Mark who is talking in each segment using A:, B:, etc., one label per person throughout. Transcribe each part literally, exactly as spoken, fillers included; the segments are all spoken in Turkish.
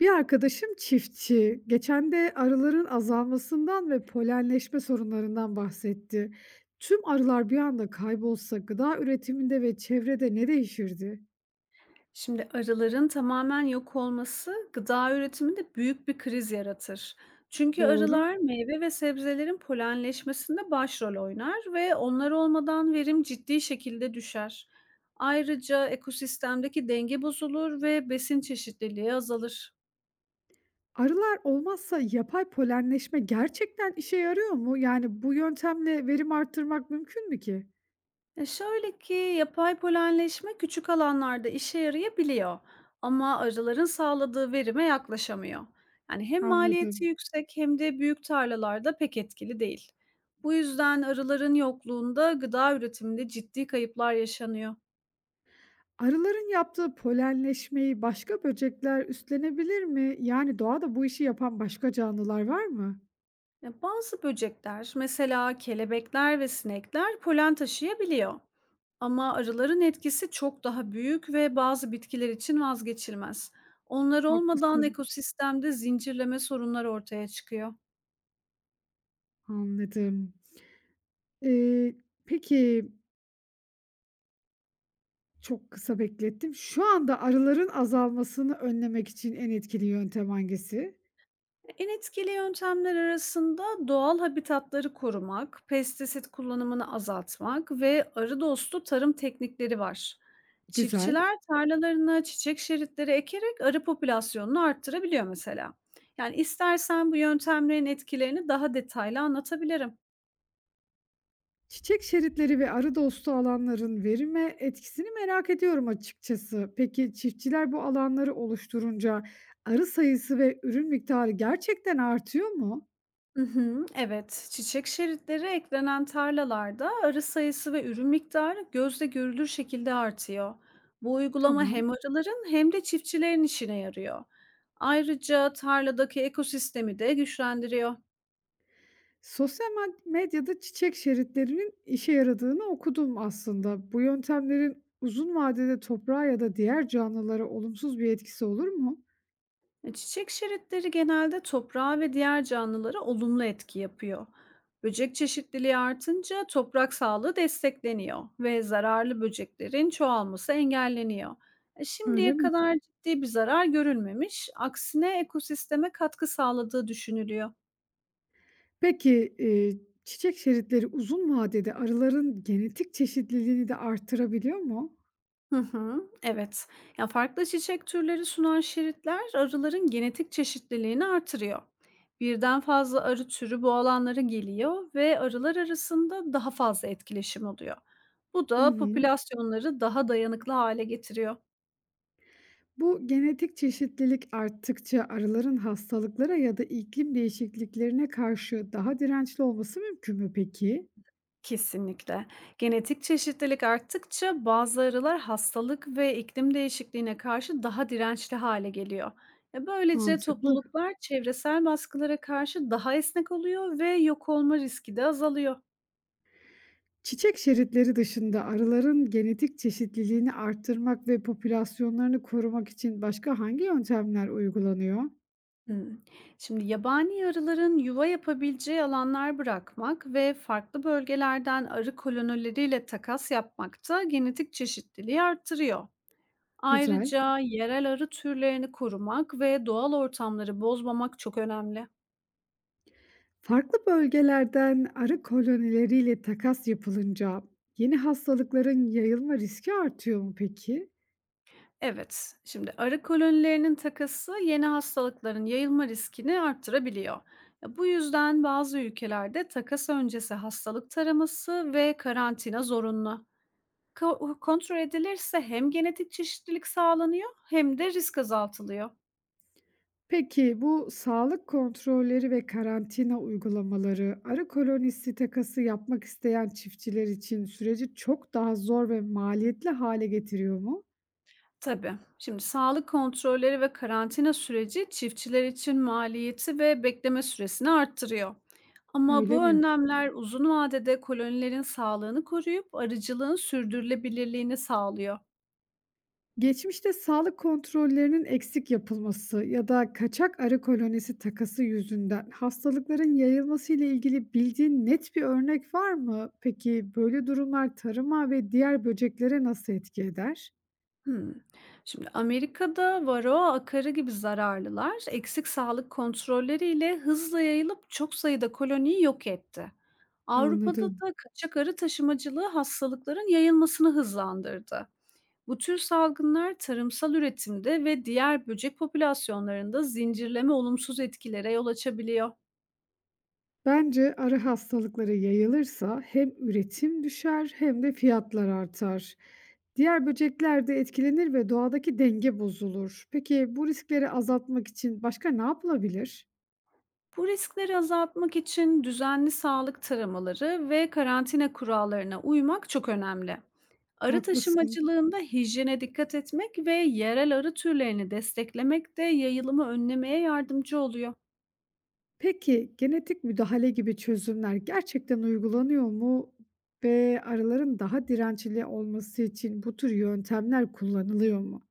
A: Bir arkadaşım çiftçi. Geçen de arıların azalmasından ve polenleşme sorunlarından bahsetti. Tüm arılar bir anda kaybolsa gıda üretiminde ve çevrede ne değişirdi?
B: Şimdi arıların tamamen yok olması gıda üretiminde büyük bir kriz yaratır. Çünkü
A: Doğru.
B: arılar meyve ve sebzelerin polenleşmesinde başrol oynar ve onlar olmadan verim ciddi şekilde düşer. Ayrıca ekosistemdeki denge bozulur ve besin çeşitliliği azalır.
A: Arılar olmazsa yapay polenleşme gerçekten işe yarıyor mu? Yani bu yöntemle verim arttırmak mümkün mü ki?
B: E, şöyle ki yapay polenleşme küçük alanlarda işe yarayabiliyor ama arıların sağladığı verime yaklaşamıyor. Yani hem maliyeti
A: Anladım.
B: yüksek hem de büyük tarlalarda pek etkili değil. Bu yüzden arıların yokluğunda gıda üretiminde ciddi kayıplar yaşanıyor.
A: Arıların yaptığı polenleşmeyi başka böcekler üstlenebilir mi? Yani doğada bu işi yapan başka canlılar var mı?
B: Ya, bazı böcekler, mesela kelebekler ve sinekler polen taşıyabiliyor. Ama arıların etkisi çok daha büyük ve bazı bitkiler için vazgeçilmez. Onlar olmadan
A: Haklısın.
B: ekosistemde zincirleme sorunlar ortaya çıkıyor.
A: Anladım. Eee, peki, çok kısa beklettim. Şu anda arıların azalmasını önlemek için en etkili yöntem hangisi?
B: En etkili yöntemler arasında doğal habitatları korumak, pestisit kullanımını azaltmak ve arı dostu tarım teknikleri var.
A: Güzel.
B: Çiftçiler tarlalarına çiçek şeritleri ekerek arı popülasyonunu arttırabiliyor mesela. Yani istersen bu yöntemlerin etkilerini daha detaylı anlatabilirim.
A: Çiçek şeritleri ve arı dostu alanların verime etkisini merak ediyorum açıkçası. Peki çiftçiler bu alanları oluşturunca arı sayısı ve ürün miktarı gerçekten artıyor mu?
B: Hı hı, evet. Çiçek şeritleri eklenen tarlalarda arı sayısı ve ürün miktarı gözle görülür şekilde artıyor. Bu uygulama
A: Tamam.
B: hem arıların hem de çiftçilerin işine yarıyor. Ayrıca tarladaki ekosistemi de güçlendiriyor.
A: Sosyal med medyada çiçek şeritlerinin işe yaradığını okudum aslında. Bu yöntemlerin uzun vadede toprağa ya da diğer canlılara olumsuz bir etkisi olur mu?
B: E, Çiçek şeritleri genelde toprağa ve diğer canlılara olumlu etki yapıyor. Böcek çeşitliliği artınca toprak sağlığı destekleniyor ve zararlı böceklerin çoğalması engelleniyor. E,
A: Öyle
B: Şimdiye
A: mi?
B: kadar ciddi bir zarar görülmemiş, aksine ekosisteme katkı sağladığı düşünülüyor.
A: Peki, eee, çiçek şeritleri uzun vadede arıların genetik çeşitliliğini de arttırabiliyor mu?
B: Hı hı, evet. Ya, farklı çiçek türleri sunan şeritler arıların genetik çeşitliliğini artırıyor. Birden fazla arı türü bu alanlara geliyor ve arılar arasında daha fazla etkileşim oluyor. Bu
A: Hı
B: da
A: hı.
B: popülasyonları daha dayanıklı hale getiriyor.
A: Bu genetik çeşitlilik arttıkça arıların hastalıklara ya da iklim değişikliklerine karşı daha dirençli olması mümkün mü peki?
B: Kesinlikle. Genetik çeşitlilik arttıkça bazı arılar hastalık ve iklim değişikliğine karşı daha dirençli hale geliyor. E, Böylece
A: Mantıklı.
B: topluluklar çevresel baskılara karşı daha esnek oluyor ve yok olma riski de azalıyor.
A: Çiçek şeritleri dışında arıların genetik çeşitliliğini arttırmak ve popülasyonlarını korumak için başka hangi yöntemler uygulanıyor?
B: Hmm. Şimdi yabani arıların yuva yapabileceği alanlar bırakmak ve farklı bölgelerden arı kolonileriyle takas yapmak da genetik çeşitliliği arttırıyor.
A: Güzel.
B: Ayrıca yerel arı türlerini korumak ve doğal ortamları bozmamak çok önemli.
A: Farklı bölgelerden arı kolonileriyle takas yapılınca yeni hastalıkların yayılma riski artıyor mu peki?
B: Evet, şimdi arı kolonilerinin takası yeni hastalıkların yayılma riskini arttırabiliyor. Ya, bu yüzden bazı ülkelerde takas öncesi hastalık taraması ve karantina zorunlu. Ko- kontrol edilirse hem genetik çeşitlilik sağlanıyor hem de risk azaltılıyor.
A: Peki bu sağlık kontrolleri ve karantina uygulamaları arı kolonisi takası yapmak isteyen çiftçiler için süreci çok daha zor ve maliyetli hale getiriyor mu?
B: Tabii. Şimdi sağlık kontrolleri ve karantina süreci çiftçiler için maliyeti ve bekleme süresini arttırıyor. Ama
A: Öyle
B: bu
A: mi?
B: önlemler uzun vadede kolonilerin sağlığını koruyup arıcılığın sürdürülebilirliğini sağlıyor.
A: Geçmişte sağlık kontrollerinin eksik yapılması ya da kaçak arı kolonisi takası yüzünden hastalıkların yayılması ile ilgili bildiğin net bir örnek var mı? Peki böyle durumlar tarıma ve diğer böceklere nasıl etki eder?
B: Hmm. Şimdi Amerika'da varroa akarı gibi zararlılar eksik sağlık kontrolleriyle hızla yayılıp çok sayıda koloniyi yok etti. Avrupa'da
A: Anladım.
B: da kaçak arı taşımacılığı hastalıkların yayılmasını hızlandırdı. Bu tür salgınlar tarımsal üretimde ve diğer böcek popülasyonlarında zincirleme olumsuz etkilere yol açabiliyor.
A: Bence arı hastalıkları yayılırsa hem üretim düşer hem de fiyatlar artar. Diğer böcekler de etkilenir ve doğadaki denge bozulur. Peki bu riskleri azaltmak için başka ne yapılabilir?
B: Bu riskleri azaltmak için düzenli sağlık taramaları ve karantina kurallarına uymak çok önemli. Arı
A: Haklısın.
B: taşımacılığında hijyene dikkat etmek ve yerel arı türlerini desteklemek de yayılımı önlemeye yardımcı oluyor.
A: Peki, genetik müdahale gibi çözümler gerçekten uygulanıyor mu ve arıların daha dirençli olması için bu tür yöntemler kullanılıyor mu?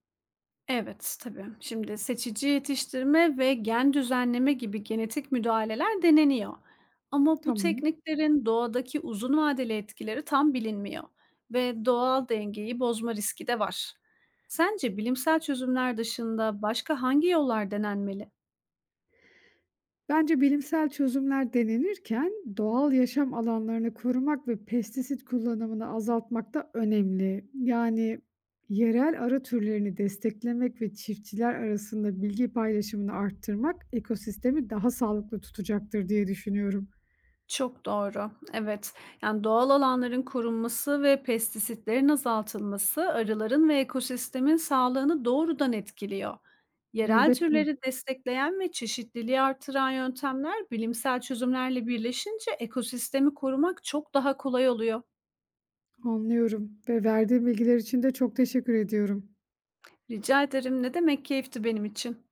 B: Evet, tabii. Şimdi seçici yetiştirme ve gen düzenleme gibi genetik müdahaleler deneniyor. Ama bu
A: Tamam.
B: tekniklerin doğadaki uzun vadeli etkileri tam bilinmiyor ve doğal dengeyi bozma riski de var. Sence bilimsel çözümler dışında başka hangi yollar denenmeli?
A: Bence bilimsel çözümler denenirken doğal yaşam alanlarını korumak ve pestisit kullanımını azaltmak da önemli. Yani yerel arı türlerini desteklemek ve çiftçiler arasında bilgi paylaşımını arttırmak ekosistemi daha sağlıklı tutacaktır diye düşünüyorum.
B: Çok doğru. Evet. Yani doğal alanların korunması ve pestisitlerin azaltılması arıların ve ekosistemin sağlığını doğrudan etkiliyor. Yerel
A: Elbette.
B: türleri destekleyen ve çeşitliliği artıran yöntemler bilimsel çözümlerle birleşince ekosistemi korumak çok daha kolay oluyor.
A: Anlıyorum ve verdiğin bilgiler için de çok teşekkür ediyorum.
B: Rica ederim. Ne demek, keyifti benim için.